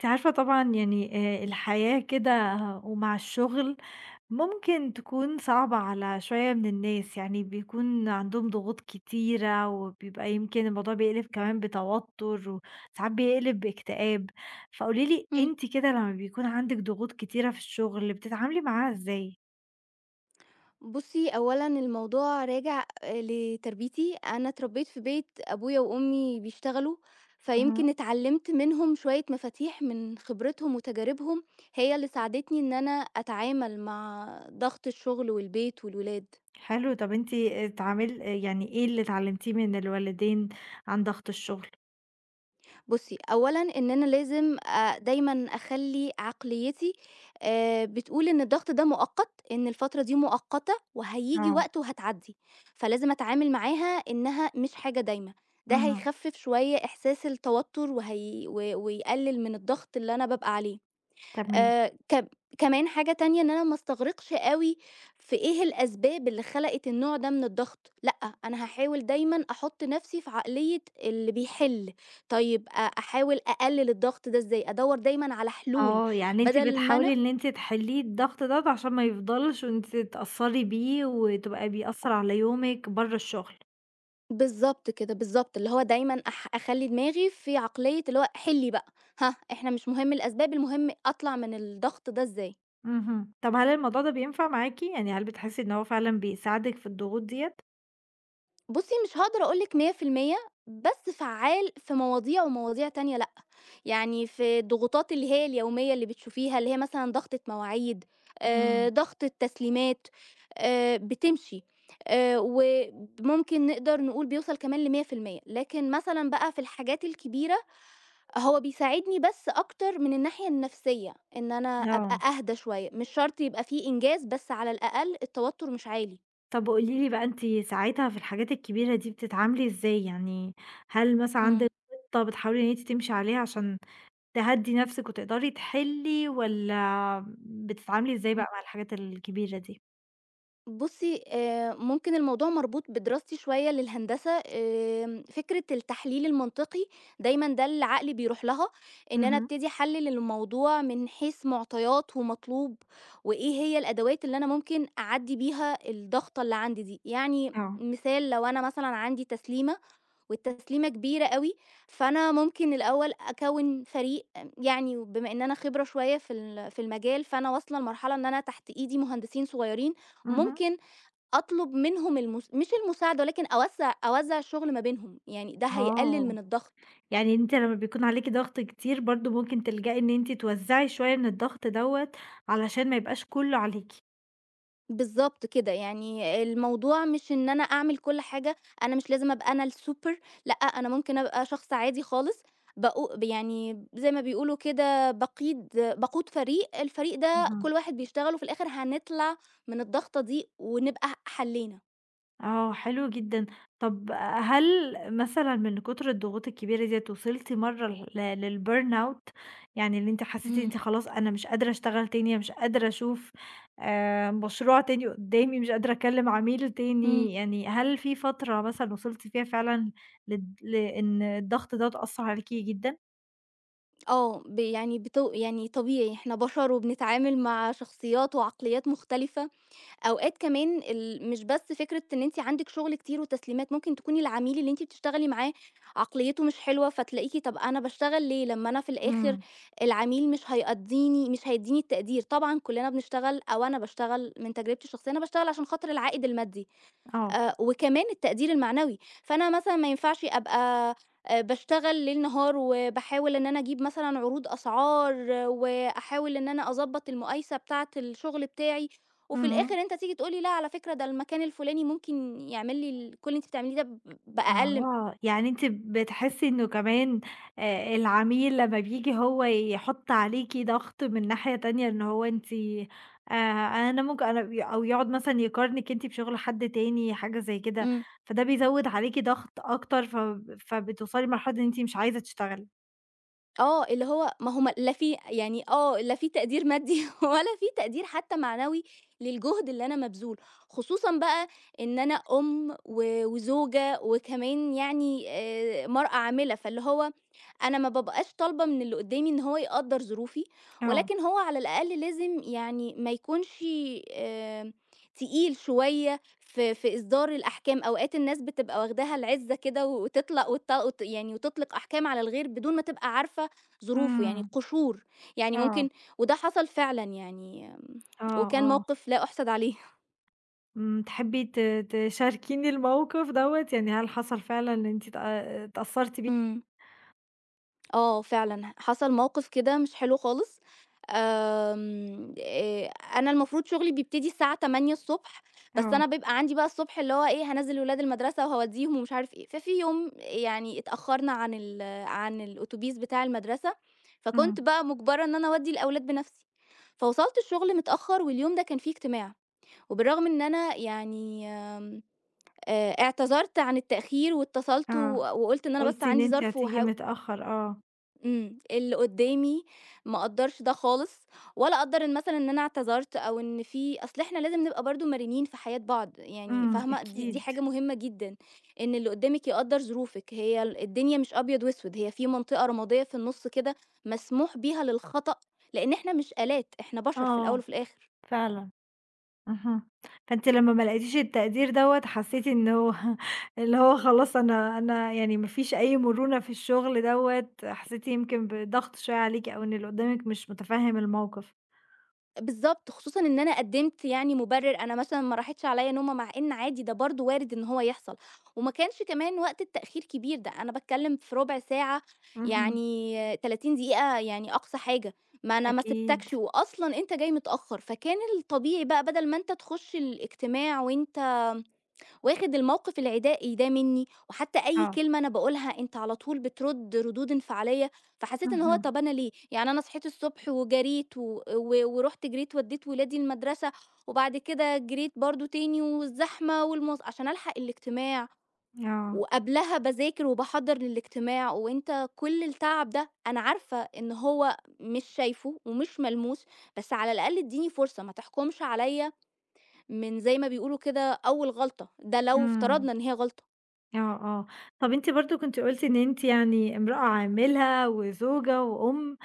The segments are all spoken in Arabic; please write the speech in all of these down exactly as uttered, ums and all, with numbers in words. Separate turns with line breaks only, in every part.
أنتِ عارفة طبعًا يعني آآ الحياة كده ومع الشغل ممكن تكون صعبة على شوية من الناس، يعني بيكون عندهم ضغوط كتيرة وبيبقى يمكن الموضوع بيقلب كمان بتوتر وساعات بيقلب باكتئاب، فقولي لي
إمم.
أنتِ كده لمّا بيكون عندِك ضغوط كتيرة في الشغل بتتعاملي معاها إزاي؟
بُصّي، أولًا الموضوع راجع آآ لتربيتي، أنا اتربيت في بيت أبويا وأمي بيشتغلوا،
اهم.
فيمكن اتعلّمت منهم شوية مفاتيح من خبرتهم وتجاربهم، هي اللي ساعدتني إن أنا أتعامل مع ضغط الشغل والبيت والولاد.
حلو، طَب أنتِ اتعامل يعني إيه اللي اتعلمتيه من الوالدين عن ضغط الشغل؟
بُصّي، أولًا إن أنا لازم آآ دايمًا أخلّي عقليتي آآ بتقول إن الضغط ده مؤقت، إن الفترة دي مؤقتة وهييجي
آه،
وقت وهتعدّي، فلازم أتعامل معاها إنها مش حاجة دايمة، ده
اهم،
هيخفِّف شوية إحساس التوتُّر وهي و ويقلِّل من الضغط اللي أنا بابقى عليه.
تمام.
آآ ك كمان حاجة تانية إن أنا ما أستغرقش أوي في إيه الأسباب اللي خلقت النوع ده من الضغط، لأ، أنا هاحاول دايمًا أحُط نَفْسي في عقلية اللي بيحِل، طيب أ أحاول أقلِّل الضغط ده إزاي، أدوّر دايمًا على حلول.
آه، يعني أنتِ
بدل ما
بتحاولي
أنا
إن أنتِ تحلّي الضغط دوّة عشان ما يفضلش وأنتِ تتأثّري بيه وتبقى بيأثّر على يومِك برّه الشغل.
بالضبط كده، بالضبط، اللي هو دايمًا أح أخلّي دماغي في عقلية اللي هو حِلّي بقى، هاه إحنا مش مهم الأسباب، المهم أطلع من الضغط ده إزاي.
اهم، طَب هل الموضوع ده بينفع معاكِ؟ يعني هل بتحسّي إن هو فعلًا بيساعدِك في الضغوط ديّة؟
بُصّي، مش هاقدر أقول لِك مية في المية، بس فعّال في مواضيع ومواضيع تانية لأ، يعني في الضغوطات اللي هي اليومية اللي بتشوفيها، اللي هي مثلًا ضغطة مواعيد، آآ،
إمم.
ضغط التسليمات، آآ، بتمشي، آآ، وممكن نقدر نقول بيوصل كمان لمية في المية، لكن مثلًا بقى في الحاجات الكبيرة هو بيساعدني بس أكتر من الناحية النفسية، إن أنا أبقى
آه،
أهدى شوية، مش شرط يبقى في إنجاز بس على الأقل التوتر مش عالي.
طَب قولي لي بقى أنتِ ساعتها في الحاجات الكبيرة دي بتتعاملي إزاي؟ يعني هل مثلًا
إمم،
عندِك خطة بتحاولي إن أنتِ تمشي عليها عشان تهدّي نَفْسِك وتقدري تحلّي والّا بتتعاملي إزاي بقى
إمم.
مع الحاجات الكبيرة دي؟
بُصّي، آآ ممكن الموضوع مربوط بدراستي شوية للهندسة، آمم فكرة التحليل المنطقي دايمًا ده اللي عقلي بيروح لها، إن أنا
اهم.
ابتدي أحلِّل الموضوع من حيث معطيات ومطلوب، وإيه هي الأدوات اللي أنا ممكن أعدّي بيها الضغطة اللي عندي دي. يعني
آه،
مثال لو أنا مثلًا عندي تسليمة والتسليمة كبيرة أوي، فأنا ممكن الأول أكوِّن فريق، يعني وبما إن أنا خبرة شوية في ال في المجال، فأنا واصلة لمرحلة إن أنا تحت إيدي مهندسين صغيرين،
اهم.
ممكن أطلب منهم المس مش المساعدة ولكن أوزّع أوزّع الشغل ما بينهم، يعني ده هيقلل
آه،
من الضغط.
يعني أنتِ لمّا بيكون عليكِ ضغط كتير برضه ممكن تلجئي إن أنتِ توزّعي شوية من الضغط دوّة، علشان ما يبقاش كلّه عليكِ.
بالضبط كده، يعني الموضوع مش إن أنا أعمل كل حاجة، أنا مش لازم أبقى أنا السوبر، لأ، أنا ممكن أبقى شخص عادي خالص، باقو يعني زي ما بيقولوا كده باقيد باقود فريق، الفريق ده كل
اهم.
واحد بيشتغل وفي الآخر هنطلع من الضغطة دي ونبقى ح حلّينا.
آه، حلو جدًا. طب هل مثلًا من كتر الضغوط الكبيرة ديّة وصلتِ مرّة ل للburnout؟ يعني اللي أنتِ حسيتِ إن
إمم،
أنتِ خلاص أنا مش قادرة أشتغل تاني، مش قادرة أشوف آآ مشروع تاني قدّامي، مش قادرة أكلّم عميل
إمم،
تاني، يعني هل في فترة مثلًا وصلتِ فيها فعلًا للض لإن الضغط دوّة أثّر عليكِ جدًا؟
آه. ب يعني بت يعني طبيعي، إحنا بشر وبنتعامل مع شخصيات وعقليات مختلفة. أوقات كمان ال مش بس فكرة إن أنتِ عندِك شغل كتير وتسليمات، ممكن تكوني العميل اللي أنتِ بتشتغلي معاه عقليته مش حلوة، فتلاقيكِ طب أنا باشتغل ليه لمّا أنا في الآخر
إمم،
العميل مش هيقضّيني مش هيدّيني التقدير، طبعًا كلّنا بنشتغل، أو أنا باشتغل من تجربتي الشخصية، أنا باشتغل عشان خاطر العائد المادي،
آه،
آآ وكمان التقدير المعنوي، فأنا مثلًا ما ينفعش أبقى آآ باشتغل ليل نهار وباحاول إن أنا أجيب مثلًا عروض أسعار، آه، وأحاول إن أنا أضبّط المقايسة بتاعة الشغل بتاعي، وفي الآخر
اهم.
أنت تيجي تقول لي لأ على فكرة ده المكان الفلاني ممكن يعمل لي ال كل اللي أنتِ بتعمليه ده ب بأقل م
آه، يعني أنتِ بتحسّي إنه كمان آآ العميل لمّا بييجي هو يحُط عليكِ ضغط من ناحية تانية إن هو أنتِ آآ أنا ممكن أنا ي أو يقعد مثلًا يقارنِك أنتِ بشُغل حد تاني، حاجة زي كده،
إمم.
فده بيزوّد عليكِ ضغط أكتر فب فبتوصلي لمرحلة إن أنتِ مش عايزة تشتغلي.
آه، اللي هو ما هو م لا في يعني آه، لا في تقدير مادي ولا في تقدير حتى معنوي للجهد اللي أنا مبذوله، خصوصًا بقى إن أنا أم و وزوجة وكمان يعني آآ مرأة عاملة، فاللي هو أنا ما بابقاش طالبة من اللي قدّامي إن هو يقدّر ظروفي،
آه.
ولكن هو على الأقل لازم يعني ما يكونش آمم تقيل شوية في في إصدار الأحكام، أوقات الناس بتبقى واخداها العِزّة كده وتطلق وت وت يعني وتطلق أحكام على الغير بدون ما تبقى عارفة ظروفه، يعني
إمم،
قشور، يعني ممكن،
آه،
وده حصل فعلًا يعني آمم،
آه،
وكان
آه،
موقف لا أُحسَد عليه.
إمم، تحبّي ت تشاركيني الموقف دوّة، يعني هل حصل فعلًا إن أنتِ اتأ اتأثّرتِ بيه؟
إمم، آه فعلًا، حصل موقف كده مش حلو خالص، آمم، آآ، أنا المفروض شغلي بيبتدي الساعة تمانية ص، بس
آه،
أنا بيبقى عندي بقى الصبح اللي هو إيه، هانزّل ولاد المدرسة وهاودّيهم ومش عارف إيه، ففي يوم يعني اتأخّرنا عن ال عن الأوتوبيس بتاع المدرسة، فكنت
إمم.
بقى مُجبرة إن أنا أودّي الأولاد بنَفْسي، فوصَلت الشغل متأخّر واليوم ده كان فيه اجتماع. وبالرغم إن أنا يعني آمم، آآ، اعتذرت عن التأخير واتصلت و
آه،
وقُلت إن أنا بس
قُلتِ إن
عندي
أنتِ
ظرف
هتيجي
وحاو
متأخّر آه،
إمم، اللي قدّامي ما قدّرش ده خالص، ولا قدّر إن مثلًا إن أنا اعتذرت، أو إن في أصل إحنا لازم نبقى برضه مرنين في حياة بعض، يعني
إمم،
فاهمة؟ دي دي
أكيد،
حاجة مهمة جدًا، إن اللي قدّامِك يقدّر ظروفِك، هي ال الدنيا مش أبيض وأسود، هي في منطقة رمادية في النُص كده مسموح بيها للخطأ، لإن إحنا مش آلات، إحنا بشر في الأول
آه،
وفي الآخر.
فعلًا، اهم، فأنتِ لمّا ما لقيتيش التقدير دوّة حسّيتِ إنه اللي هو خلاص أنا أنا يعني ما فيش أي مرونة في الشغل دوّة، حسّيتِ يمكن بضغط شوية عليكِ أو إن اللي قدّامِك مش متفهّم الموقف،
بالضبط، خصوصًا إن أنا قدّمت يعني مُبرر، أنا مثلًا ما راحتش عليَّ نومة، مع إن عادي ده برضه وارد إن هو يحصل، وما كانش كمان وقت التأخير كبير، ده أنا باتكلّم في رُبع ساعة،
اهم،
يعني تلاتين دقيقة يعني أقصى حاجة، ما أنا ما
أكيد،
سِبتكش وأصلًا أنت جاي متأخّر، فكان الطبيعي بقى بَدَل ما أنت تخُش الاجتماع وأنت واخد الموقف العدائي ده منّي، وحتى أي
آه،
كلمة أنا باقولها أنت على طول بترُد ردود انفعالية، فحسيت إن هو
اهم،
طَب أنا ليه؟ يعني أنا صحيت الصبح وجريت و و ورُحت جريت ودّيت ولادي المدرسة، وبعد كده جريت برضه تاني والزحمة والمواص عشان ألحق الاجتماع،
آه،
وقبلها باذاكر وباحضّر للاجتماع، وأنت كل التعب ده أنا عارفة إن هو مش شايفه ومش ملموس، بس على الأقل ادّيني فرصة، ما تحكمش عليَّ من زي ما بيقولوا كده أول غلطة، ده لو
إمم.
افترضنا إن هي غلطة.
آه، آه. طَب أنتِ برضه كنتِ قُلتِ إن أنتِ يعني امرأة عاملة وزوجة وأم،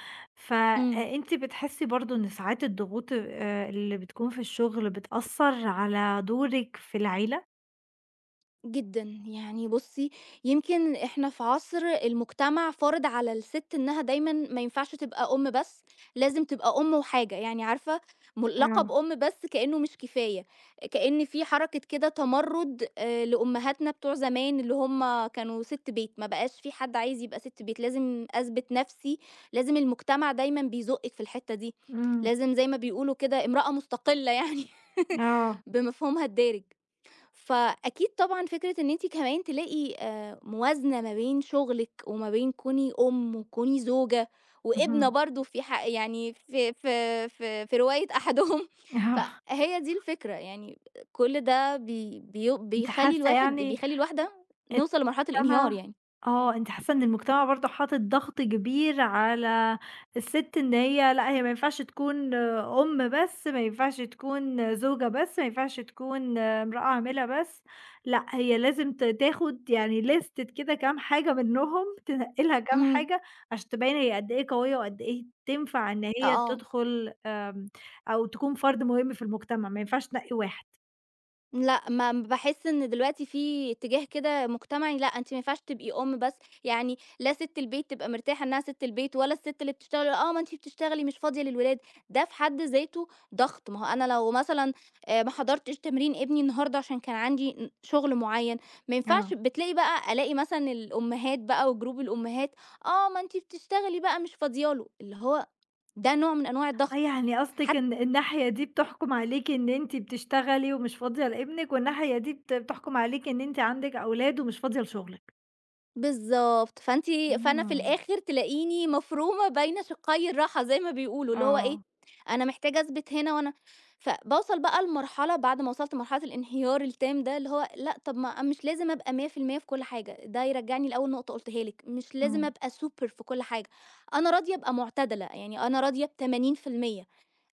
إمم.
فأنتِ بتحسّي برضه إن ساعات الضغوط آآ اللي بتكون في الشغل بتأثّر على دورِك في العيلة؟
جدًا، يعني بُصّي، يمكن إحنا في عصر المجتمع فارض على السِت إنها دايمًا ما ينفعش تبقى أم بس، لازم تبقى أم وحاجة، يعني عارفة، م لقب
آه،
أم بس كإنه مش كفاية، كإن في حركة كده تمرُّد آآ لأمهاتنا بتوع زمان اللي هم كانوا سِت بيت، ما بقاش في حد عايز يبقى سِت بيت، لازم أثبت نَفْسي، لازم المجتمع دايمًا بيزُقِّك في الحتّة دي،
إمم،
لازم زي ما بيقولوا كده امرأة مستقلة يعني
آه،
بمفهومها الدارج. فأكيد طبعًا فكرة إن أنتِ كمان تلاقي آآ موازنة ما بين شغلِك وما بين كوني أم وكوني زوجة وابنة
اهم،
برضه في ح يعني في في في في رواية أحدهم،
آه.
فهي دي الفكرة، يعني كل ده بي بي
أنتِ
بيخلّي
حاسّة
الواحد
يعني
بيخلّي الواحدة
إن
نوصل لمرحلة
المجتمع
الانهيار يعني.
آه، أنتِ حاسة إن المجتمع برضه حاطط ضغط كبير على السِت إن هي لأ، هي ما ينفعش تكون آه، أم بس، ما ينفعش تكون آه، زوجة بس، ما ينفعش تكون آه، امرأة عاملة بس، لأ، هي لازم ت تاخد يعني ليستة كده كام حاجة منّهم، تنقّي لها كام
إمم،
حاجة عشان تبيّن هي قد إيه قوية وقد إيه تنفع إن هي
آه.
تدخل آمم، أو تكون فرد مهم في المجتمع، ما ينفعش تنقّي واحد.
لأ، ما باحس إن دلوقتي في اتجاه كده مجتمعي، لأ أنتِ ما ينفعش تبقي أم بس، يعني لا سِت البيت تبقى مرتاحة إنها سِت البيت، ولا السِت اللي بتشتغل، آه، ما أنتِ بتشتغلي مش فاضية للولاد، ده في حد ذاته ضغط، ما هو أنا لو مثلًا آآ ما حضرتش تمرين ابني النهارده عشان كان عندي ن شغل معيّن، ما ينفعش،
آه.
بتلاقي بقى ألاقي مثلًا الأمهات بقى وجروب الأمهات، آه، ما أنتِ بتشتغلي بقى مش فاضية له، اللي هو ده نوع من أنواع
آه،
الضغط.
يعني قصدِك
حتى
إن الناحية دي بتحكُم عليكِ إن أنتِ بتشتغلي ومش فاضية لابنِك، والناحية دي بت بتحكُم عليكِ إن أنتِ عندِك أولاد ومش فاضية لشغلِك.
بالضبط، فأنتِ فأنا في
إمم،
الآخر تلاقيني مفرومة بين شقّي الراحة زي ما بيقولوا، اللي هو إيه،
آه،
أنا محتاجة أثبت هنا وأنا فباوصل بقى لمرحلة، بعد ما وصلت لمرحلة الانهيار التام ده، اللي هو لأ، طب ما أنا مش لازم أبقى مية في المية في المية في كل حاجة، ده يرجّعني لأول نقطة قُلتها لِك، مش لازم
إمم،
أبقى super في كل حاجة، أنا راضية أبقى معتدلة، يعني أنا راضية بتمانين في المية.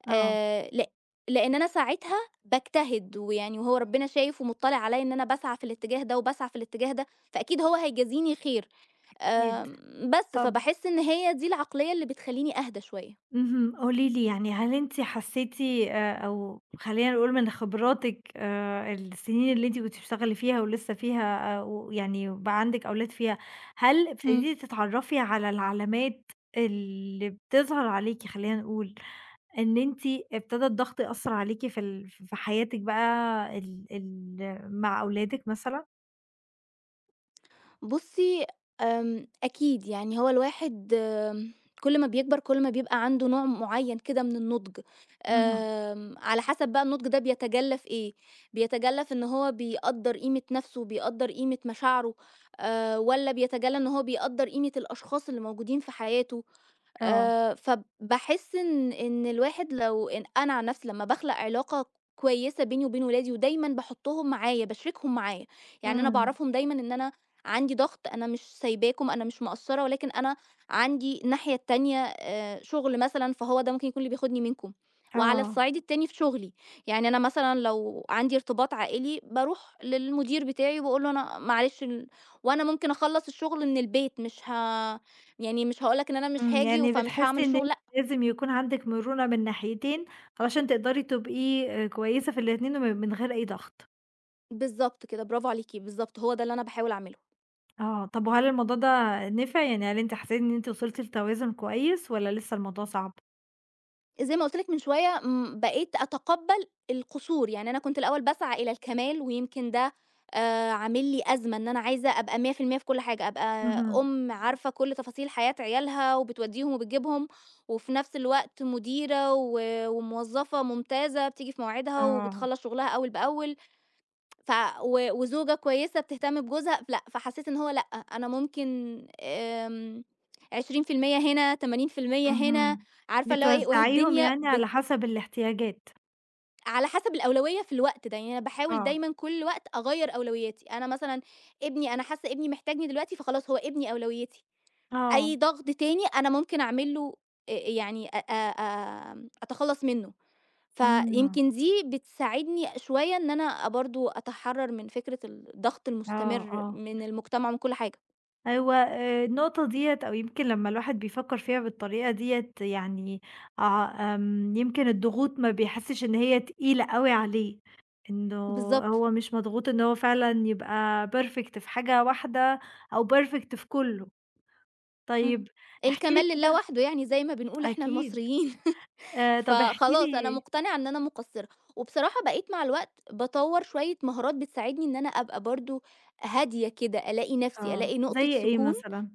آه،
آآ لأ، لإن أنا ساعتها باجتهد، ويعني وهو ربنا شايف ومُطّلع عليَّ إن أنا باسعى في الاتجاه ده وباسعى في الاتجاه ده، فأكيد هو هيجازيني خير،
أكيد.
آمم، بس
طب
فباحس إن هي دي العقلية اللي بتخلّيني أهدى شوية.
اهم، قولي لي يعني هل أنتِ حسّيتِ آآ أو خلّينا نقول من خبراتِك آآ السنين اللي أنتِ كنتِ بتشتغلي فيها ولسه فيها آآ ويعني وبقى عندِك أولاد فيها، هل
إمم.
ابتديتِ تتعرّفي على العلامات اللي بتظهر عليكِ خلّينا نقول؟ إن أنتِ ابتدى الضغط يأثّر عليكِ في ال في حياتِك بقى ال ال مع أولادِك مثلًا؟
بُصّي، آمم، أكيد يعني هو الواحد، آمم، كل ما بيكبر كل ما بيبقى عنده نوع معيّن كده من النضج،
اهم،
آمم، على حسب بقى النضج ده بيتجلّى في إيه، بيتجلّى في إن هو بيقدّر قيمة نَفْسه، بيقدّر قيمة مشاعره، آآ، والّا بيتجلّى إن هو بيقدّر قيمة الأشخاص اللي موجودين في حياته؟
آه،
آآ، فباحس إن إن الواحد، لو إن أنا عن نفسي لمّا باخلق علاقة كويسة بيني وبين ولادي ودايمًا باحطهم معايا، باشركهم معايا، يعني أنا
إمم،
باعرّفهم دايمًا إن أنا عندي ضغط، أنا مش سايباكم، أنا مش مقصّرة، ولكن أنا عندي الناحية التانية، آآ، شغل مثلًا، فهو ده ممكن يكون اللي بياخدني منكم، وعلى
آه،
الصعيد التاني في شغلي، يعني أنا مثلًا لو عندي ارتباط عائلي باروح للمدير بتاعي وباقول له أنا معلش ال وأنا ممكن أخلّص الشغل من البيت، مش ه يعني مش هاقول لك إن أنا مش
إمم،
هاجي
يعني
فمش
بتحسّي
هاعمل
إن أنتِ
شغل، لأ.
لازم يكون عندِك مرونة من ناحيتين، علشان تقدري تبقي آآ كويسة في الاتنين وم من غير أي ضغط.
بالضبط كده، برافو عليكِ، بالضبط هو ده اللي أنا باحاول أعمله.
آه، طب وهل الموضوع ده نفع، يعني هل أنتِ حسيتِ إن أنتِ وصلتِ لتوازن كويس والّا لسه الموضوع صعب؟
زي ما قُلت لِك من شوية م بقيت أتقبّل القصور، يعني أنا كنت الأول باسعى إلى الكمال ويمكن ده آآ عامل لي أزمة، إن أنا عايزة أبقى مية في المية في المية في كل حاجة، أبقى
اهم،
أم عارفة كل تفاصيل حياة عيالها وبتودّيهم وبتجيبهم، وفي نفس الوقت مديرة و وموظفة ممتازة بتيجي في مواعيدها
آه،
وبتخلّص شغلها أول بأول، ف و وزوجة كويسة بتهتم بجوزها، لأ، فحسيت إن هو لأ، أنا ممكن آمم عشرين في المية هنا، تمانين في المية هنا،
اهم،
عارفة اللي هو إيه، وأهي
بتوزّعيهم
الدنيا
يعني
بت
على حسب الاحتياجات.
على حسب الأولوية في الوقت ده، يعني أنا باحاول
آه،
دايمًا كل وقت أغيّر أولوياتي، أنا مثلًا ابني أنا حاسة ابني محتاجني دلوقتي، فخلاص هو ابني أولويتي،
آه،
أي ضغط تاني أنا ممكن أعمل له آآ يعني أ أ آمم أتخلّص منه.
إمم.
فيمكن دي بتساعدني شوية إن أنا برضه أتحرّر من فكرة الضغط
آه،
المستمر
آه.
من المجتمع ومن كل حاجة.
أيوه آآ النقطة ديّة أو يمكن لمّا الواحد بيفكّر فيها بالطريقة ديّة يعني آه آمم يمكن الضغوط ما بيحسّش إن هي تقيلة أوي عليه، إنه
بالضبط،
هو مش مضغوط إن هو فعلًا يبقى perfect في حاجة واحدة أو perfect في كُلّه.
إمم.
طيب احكِ لي
الكمال لله
كده
وحده، يعني زي ما بنقول إحنا
أكيد.
المصريين،
آآ طَب احكِ
فخلاص أنا
لي
مقتنعة إن أنا مقصّرة. وبصراحة بقيت مع الوقت باطوّر شوية مهارات بتساعدني إن أنا أبقى برضه هادية كده، ألاقي نَفْسي،
آه.
ألاقي نقطة
زي إيه
سكون.
مثلًا؟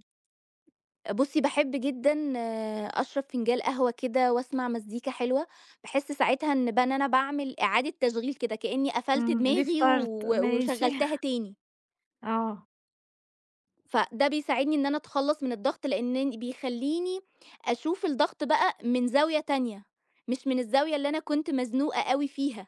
بُصّي، باحب جدًا آه، أشرب فنجان قهوة كده وأسمع مزيكا حلوة، باحس ساعتها إن بقى إن أنا باعمل إعادة تشغيل كده، كإني قفلت
إمم
دماغي و
restart ماشي.
وشغّلتها تاني،
آه.
فده بيساعدني إن أنا أتخلّص من الضغط، لإن بيخلّيني أشوف الضغط بقى من زاوية تانية، مش من الزاوية اللي أنا كنت مزنوقة أوي فيها.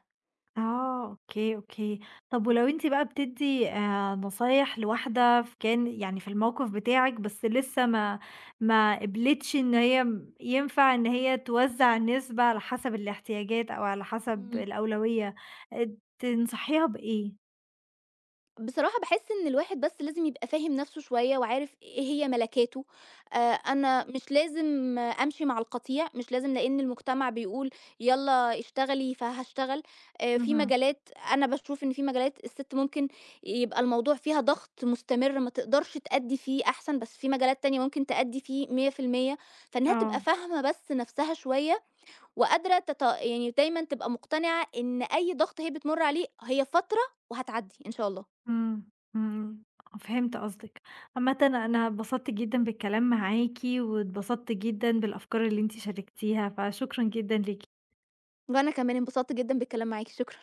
آه، أوكي، أوكي. طب ولو أنتِ بقى بتدّي آآ نصايح لواحدة ف كان يعني في الموقف بتاعِك بس لسه ما ما قبلتش إن هي م ينفع إن هي توزّع النسبة على حسب الاحتياجات أو على حسب
إمم.
الأولوية، آآ تنصحيها بإيه؟
بصراحة باحس إن الواحد بس لازم يبقى فاهم نَفْسه شوية وعارف إيه هي مَلَكاته، آآ أنا مش لازم آه، أمشي مع القطيع، مش لازم لإن المجتمع بيقول يالّا اشتغلي فهاشتغل، آآ في
اهم،
مجالات أنا باشوف إن في مجالات الست ممكن يبقى الموضوع فيها ضغط مستمر ما تقدرش تأدّي فيه أحسن، بس في مجالات تانية ممكن تأدّي فيه مية في المية، فإنها تبقى
آه،
فاهمة بس نَفْسها شوية وقادرة تت يعني دايمًا تبقى مقتنعة إن أي ضغط هي بتمُر عليه هي فترة وهتعدّي إن شاء الله.
إمم، إمم، فهمت قصدِك. عامةً أنا اتبسطت جدًا بالكلام معاكِ، واتبسطت جدًا بالأفكار اللي أنتِ شاركتيها، فشكرًا جدًا ليكِ.
وأنا كمان انبسطت جدًا بالكلام معاكِ، شكرًا.